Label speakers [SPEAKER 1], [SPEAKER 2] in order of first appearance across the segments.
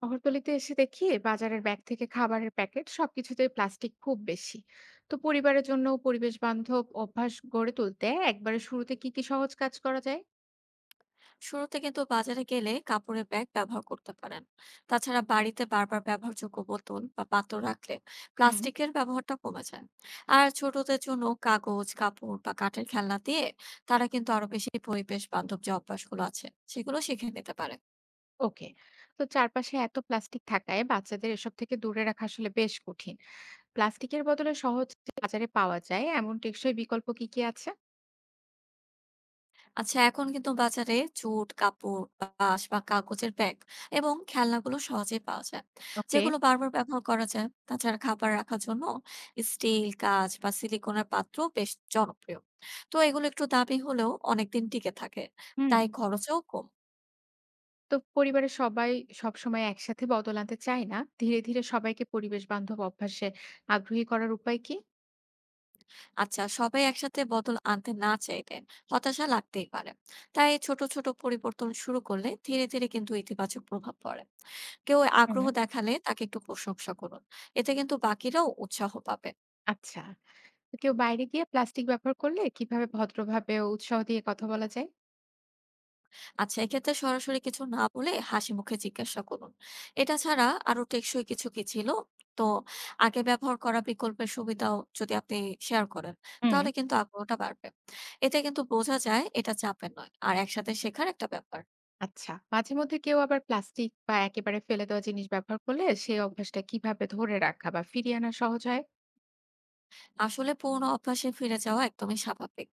[SPEAKER 1] শহরতলিতে এসে দেখি বাজারের ব্যাগ থেকে খাবারের প্যাকেট সবকিছুতেই প্লাস্টিক খুব বেশি। তো পরিবারের জন্য পরিবেশ বান্ধব অভ্যাস গড়ে তুলতে একবারে শুরুতে কি কি সহজ কাজ করা যায়?
[SPEAKER 2] শুরুতে কিন্তু বাজারে গেলে কাপড়ের ব্যাগ ব্যবহার করতে পারেন। তাছাড়া বাড়িতে বারবার ব্যবহারযোগ্য বোতল বা পাত্র রাখলে
[SPEAKER 1] হুম।
[SPEAKER 2] প্লাস্টিকের ব্যবহারটা কমে যায়। আর ছোটদের জন্য কাগজ কাপড় বা কাঠের খেলনা দিয়ে তারা কিন্তু আরো বেশি পরিবেশ বান্ধব যে অভ্যাসগুলো আছে সেগুলো শিখে নিতে পারে।
[SPEAKER 1] ওকে। তো চারপাশে এত প্লাস্টিক থাকায় বাচ্চাদের এসব থেকে দূরে রাখা আসলে বেশ কঠিন। প্লাস্টিকের বদলে সহজ যে বাজারে পাওয়া যায় এমন টেকসই বিকল্প কি কি আছে?
[SPEAKER 2] আচ্ছা, এখন কিন্তু বাজারে জুট কাপড় বাঁশ বা কাগজের ব্যাগ এবং খেলনাগুলো সহজেই পাওয়া যায়,
[SPEAKER 1] ওকে।
[SPEAKER 2] যেগুলো বারবার ব্যবহার করা যায়। তাছাড়া খাবার রাখার জন্য স্টিল কাঁচ বা সিলিকনের পাত্র বেশ জনপ্রিয়। তো এগুলো একটু দামি হলেও অনেকদিন টিকে থাকে,
[SPEAKER 1] হুম।
[SPEAKER 2] তাই খরচও কম।
[SPEAKER 1] তো পরিবারের সবাই সবসময় একসাথে বদল আনতে চায় না, ধীরে ধীরে সবাইকে পরিবেশ বান্ধব অভ্যাসে আগ্রহী করার উপায় কি?
[SPEAKER 2] আচ্ছা, সবাই একসাথে বদল আনতে না চাইলে হতাশা লাগতেই পারে। তাই ছোট ছোট পরিবর্তন শুরু করলে ধীরে ধীরে কিন্তু ইতিবাচক প্রভাব পড়ে। কেউ
[SPEAKER 1] হুম।
[SPEAKER 2] আগ্রহ দেখালে তাকে একটু প্রশংসা করুন, এতে কিন্তু বাকিরাও উৎসাহ পাবে।
[SPEAKER 1] আচ্ছা। কেউ বাইরে গিয়ে প্লাস্টিক ব্যবহার করলে কিভাবে ভদ্রভাবে ও উৎসাহ দিয়ে কথা বলা যায়?
[SPEAKER 2] আচ্ছা, এক্ষেত্রে সরাসরি কিছু না বলে হাসি মুখে জিজ্ঞাসা করুন, এটা ছাড়া আরো টেকসই কিছু কি ছিল। তো আগে ব্যবহার করা বিকল্পের সুবিধাও যদি আপনি শেয়ার করেন,
[SPEAKER 1] হুম।
[SPEAKER 2] তাহলে কিন্তু আগ্রহটা বাড়বে। এতে কিন্তু বোঝা যায় এটা চাপের নয়, আর একসাথে শেখার একটা ব্যাপার।
[SPEAKER 1] আচ্ছা, মাঝে মধ্যে কেউ আবার প্লাস্টিক বা একেবারে ফেলে দেওয়া জিনিস ব্যবহার করলে সেই অভ্যাসটা কিভাবে ধরে রাখা বা ফিরিয়ে আনা সহজ হয়?
[SPEAKER 2] আসলে পুরোনো অভ্যাসে ফিরে যাওয়া একদমই স্বাভাবিক।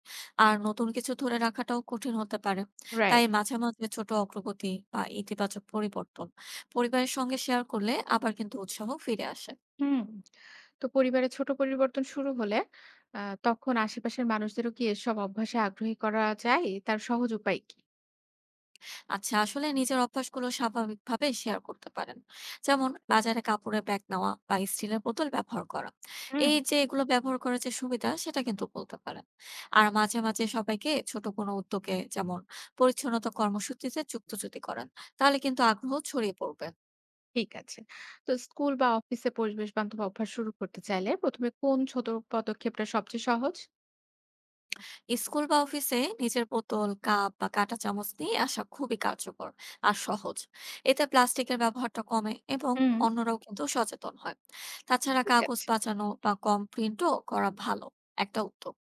[SPEAKER 2] আর নতুন কিছু ধরে রাখাটাও কঠিন হতে পারে। তাই
[SPEAKER 1] রাইট।
[SPEAKER 2] মাঝে মাঝে ছোট অগ্রগতি বা ইতিবাচক পরিবর্তন পরিবারের সঙ্গে শেয়ার করলে আবার কিন্তু উৎসাহ ফিরে আসে।
[SPEAKER 1] হুম। তো পরিবারে ছোট পরিবর্তন শুরু হলে তখন আশেপাশের মানুষদেরও কি এসব অভ্যাসে আগ্রহী করা যায়, তার সহজ উপায় কি?
[SPEAKER 2] আচ্ছা, আসলে নিজের অভ্যাসগুলো স্বাভাবিকভাবে শেয়ার করতে পারেন, যেমন বাজারে কাপড়ের ব্যাগ নেওয়া বা স্টিলের বোতল ব্যবহার করা।
[SPEAKER 1] হুম।
[SPEAKER 2] এই যে এগুলো ব্যবহার করার যে সুবিধা সেটা কিন্তু বলতে পারেন। আর মাঝে মাঝে সবাইকে ছোট কোনো উদ্যোগে, যেমন পরিচ্ছন্নতা কর্মসূচিতে যুক্ত যদি করেন, তাহলে কিন্তু আগ্রহ ছড়িয়ে পড়বে।
[SPEAKER 1] ঠিক আছে। তো স্কুল বা অফিসে পরিবেশ বান্ধব অভ্যাস শুরু করতে চাইলে প্রথমে কোন ছোট পদক্ষেপটা সবচেয়ে সহজ?
[SPEAKER 2] স্কুল বা অফিসে নিজের বোতল কাপ বা কাঁটা চামচ নিয়ে আসা খুবই কার্যকর আর সহজ। এতে প্লাস্টিকের ব্যবহারটা কমে এবং
[SPEAKER 1] হুম।
[SPEAKER 2] অন্যরাও কিন্তু সচেতন হয়। তাছাড়া
[SPEAKER 1] ঠিক
[SPEAKER 2] কাগজ
[SPEAKER 1] আছে।
[SPEAKER 2] বাঁচানো বা কম প্রিন্টও করা ভালো একটা উদ্যোগ।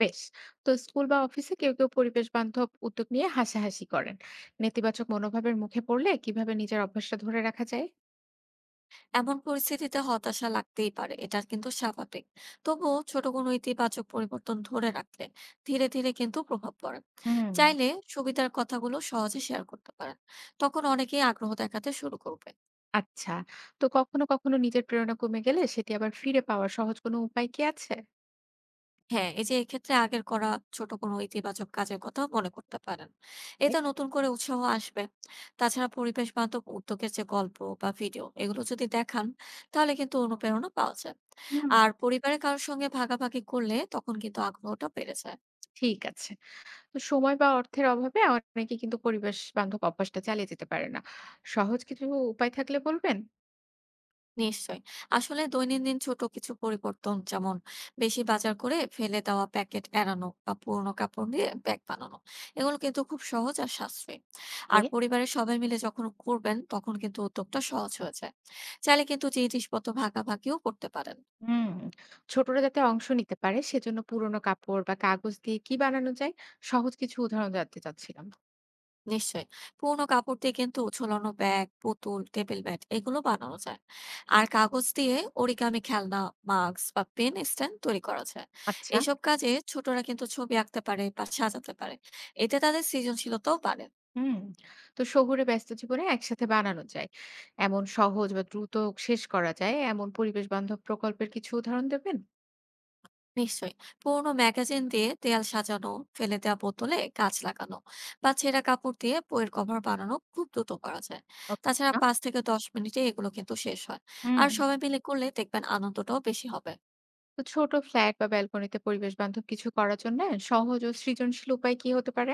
[SPEAKER 1] বেশ। তো স্কুল বা অফিসে কেউ কেউ পরিবেশ বান্ধব উদ্যোগ নিয়ে হাসাহাসি করেন, নেতিবাচক মনোভাবের মুখে পড়লে কিভাবে নিজের অভ্যাসটা ধরে রাখা যায়?
[SPEAKER 2] এমন পরিস্থিতিতে হতাশা লাগতেই পারে, এটা কিন্তু স্বাভাবিক। তবুও ছোট কোনো ইতিবাচক পরিবর্তন ধরে রাখলে ধীরে ধীরে কিন্তু প্রভাব পড়ে।
[SPEAKER 1] হুম।
[SPEAKER 2] চাইলে সুবিধার কথাগুলো সহজে শেয়ার করতে পারেন, তখন অনেকেই আগ্রহ দেখাতে শুরু করবে।
[SPEAKER 1] আচ্ছা। তো কখনো কখনো নিজের প্রেরণা কমে গেলে সেটি আবার ফিরে পাওয়ার সহজ কোনো উপায় কি আছে?
[SPEAKER 2] হ্যাঁ, এই যে এক্ষেত্রে আগের করা ছোট কোনো ইতিবাচক কাজের কথা মনে করতে পারেন।
[SPEAKER 1] এ,
[SPEAKER 2] এতে নতুন করে উৎসাহ আসবে। তাছাড়া পরিবেশ বান্ধব উদ্যোগের যে গল্প বা ভিডিও এগুলো যদি দেখান, তাহলে কিন্তু অনুপ্রেরণা পাওয়া যায়।
[SPEAKER 1] হুম।
[SPEAKER 2] আর পরিবারের কারোর সঙ্গে ভাগাভাগি করলে তখন কিন্তু আগ্রহটা বেড়ে যায়।
[SPEAKER 1] ঠিক আছে। তো সময় বা অর্থের অভাবে অনেকে কিন্তু পরিবেশ বান্ধব অভ্যাসটা চালিয়ে যেতে পারে না, সহজ কিছু উপায় থাকলে বলবেন।
[SPEAKER 2] নিশ্চয়ই। আসলে দৈনন্দিন ছোট কিছু পরিবর্তন, যেমন বেশি বাজার করে ফেলে দেওয়া প্যাকেট এড়ানো বা পুরনো কাপড় দিয়ে ব্যাগ বানানো। এগুলো কিন্তু খুব সহজ আর সাশ্রয়ী। আর পরিবারের সবাই মিলে যখন করবেন তখন কিন্তু উদ্যোগটা সহজ হয়ে যায়। চাইলে কিন্তু জিনিসপত্র ভাগাভাগিও করতে পারেন।
[SPEAKER 1] হুম. ছোটরা যাতে অংশ নিতে পারে সেজন্য পুরোনো কাপড় বা কাগজ দিয়ে কি বানানো যায়, সহজ কিছু উদাহরণ জানতে চাচ্ছিলাম।
[SPEAKER 2] নিশ্চয়ই। পুরোনো কাপড় দিয়ে কিন্তু ঝোলানো ব্যাগ, পুতুল, টেবিল ব্যাট এগুলো বানানো যায়। আর কাগজ দিয়ে অরিগামি খেলনা, মাস্ক বা পেন স্ট্যান্ড তৈরি করা যায়।
[SPEAKER 1] আচ্ছা।
[SPEAKER 2] এসব কাজে ছোটরা কিন্তু ছবি আঁকতে পারে বা সাজাতে পারে। এতে তাদের সৃজনশীলতাও বাড়ে।
[SPEAKER 1] হুম। তো শহুরে ব্যস্ত জীবনে একসাথে বানানো যায় এমন সহজ বা দ্রুত শেষ করা যায় এমন পরিবেশ বান্ধব প্রকল্পের কিছু উদাহরণ দেবেন?
[SPEAKER 2] নিশ্চয়ই। পুরোনো ম্যাগাজিন দিয়ে দেয়াল সাজানো, ফেলে দেওয়া বোতলে গাছ লাগানো বা ছেঁড়া কাপড় দিয়ে বইয়ের কভার বানানো খুব দ্রুত করা যায়। তাছাড়া
[SPEAKER 1] আচ্ছা।
[SPEAKER 2] ৫ থেকে ১০ মিনিটে এগুলো কিন্তু শেষ হয়।
[SPEAKER 1] হুম।
[SPEAKER 2] আর সবাই মিলে করলে দেখবেন আনন্দটাও বেশি হবে।
[SPEAKER 1] তো ছোট ফ্ল্যাট বা ব্যালকনিতে পরিবেশ বান্ধব কিছু করার জন্য সহজ ও সৃজনশীল উপায় কি হতে পারে?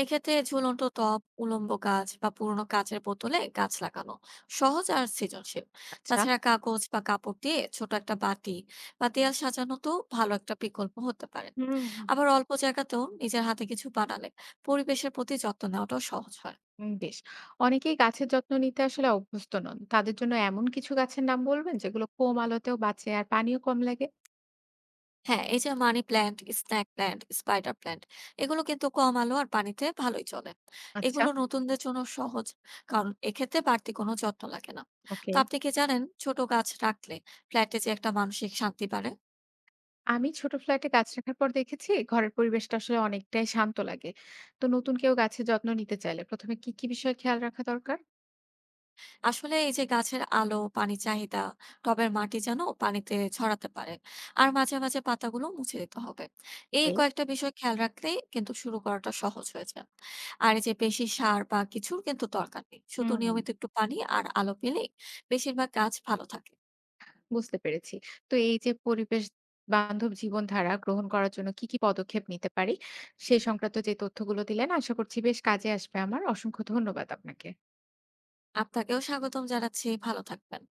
[SPEAKER 2] এক্ষেত্রে ঝুলন্ত টব উলম্ব গাছ বা পুরোনো কাঁচের বোতলে গাছ লাগানো সহজ আর সৃজনশীল।
[SPEAKER 1] আচ্ছা।
[SPEAKER 2] তাছাড়া কাগজ বা কাপড় দিয়ে ছোট একটা বাটি বা দেয়াল সাজানো তো ভালো একটা বিকল্প হতে পারে।
[SPEAKER 1] হুম।
[SPEAKER 2] আবার অল্প জায়গাতেও নিজের হাতে কিছু বানালে পরিবেশের প্রতি যত্ন নেওয়াটাও সহজ হয়।
[SPEAKER 1] বেশ। অনেকেই গাছের যত্ন নিতে আসলে অভ্যস্ত নন। তাদের জন্য এমন কিছু গাছের নাম বলবেন যেগুলো কম আলোতেও বাঁচে আর পানিও কম লাগে?
[SPEAKER 2] হ্যাঁ, এই যে money plant, snake plant, spider plant এগুলো কিন্তু কম আলো আর পানিতে ভালোই চলে।
[SPEAKER 1] আচ্ছা।
[SPEAKER 2] এগুলো নতুনদের জন্য সহজ, কারণ এক্ষেত্রে বাড়তি কোনো যত্ন লাগে না। তো
[SPEAKER 1] ওকে।
[SPEAKER 2] আপনি কি জানেন ছোট গাছ রাখলে ফ্ল্যাটে যে একটা মানসিক শান্তি বাড়ে?
[SPEAKER 1] আমি ছোট ফ্ল্যাটে গাছ রাখার পর দেখেছি ঘরের পরিবেশটা আসলে অনেকটাই শান্ত লাগে। তো নতুন কেউ গাছের যত্ন নিতে চাইলে প্রথমে কি, কি বিষয়ে খেয়াল রাখা দরকার?
[SPEAKER 2] আসলে এই যে গাছের আলো, পানি চাহিদা, টবের মাটি যেন পানিতে ছড়াতে পারে আর মাঝে মাঝে পাতাগুলো মুছে দিতে হবে। এই
[SPEAKER 1] এই,
[SPEAKER 2] কয়েকটা বিষয় খেয়াল রাখলেই কিন্তু শুরু করাটা সহজ হয়ে যায়। আর এই যে বেশি সার বা কিছুর কিন্তু দরকার নেই। শুধু
[SPEAKER 1] হুম।
[SPEAKER 2] নিয়মিত একটু পানি আর আলো পেলেই বেশিরভাগ গাছ ভালো থাকে।
[SPEAKER 1] বুঝতে পেরেছি। তো এই যে পরিবেশ বান্ধব জীবনধারা গ্রহণ করার জন্য কি, কি পদক্ষেপ নিতে পারি? সেই সংক্রান্ত যে তথ্যগুলো দিলেন আশা করছি বেশ কাজে আসবে আমার। অসংখ্য ধন্যবাদ আপনাকে।
[SPEAKER 2] আপনাকেও স্বাগতম জানাচ্ছি। ভালো থাকবেন।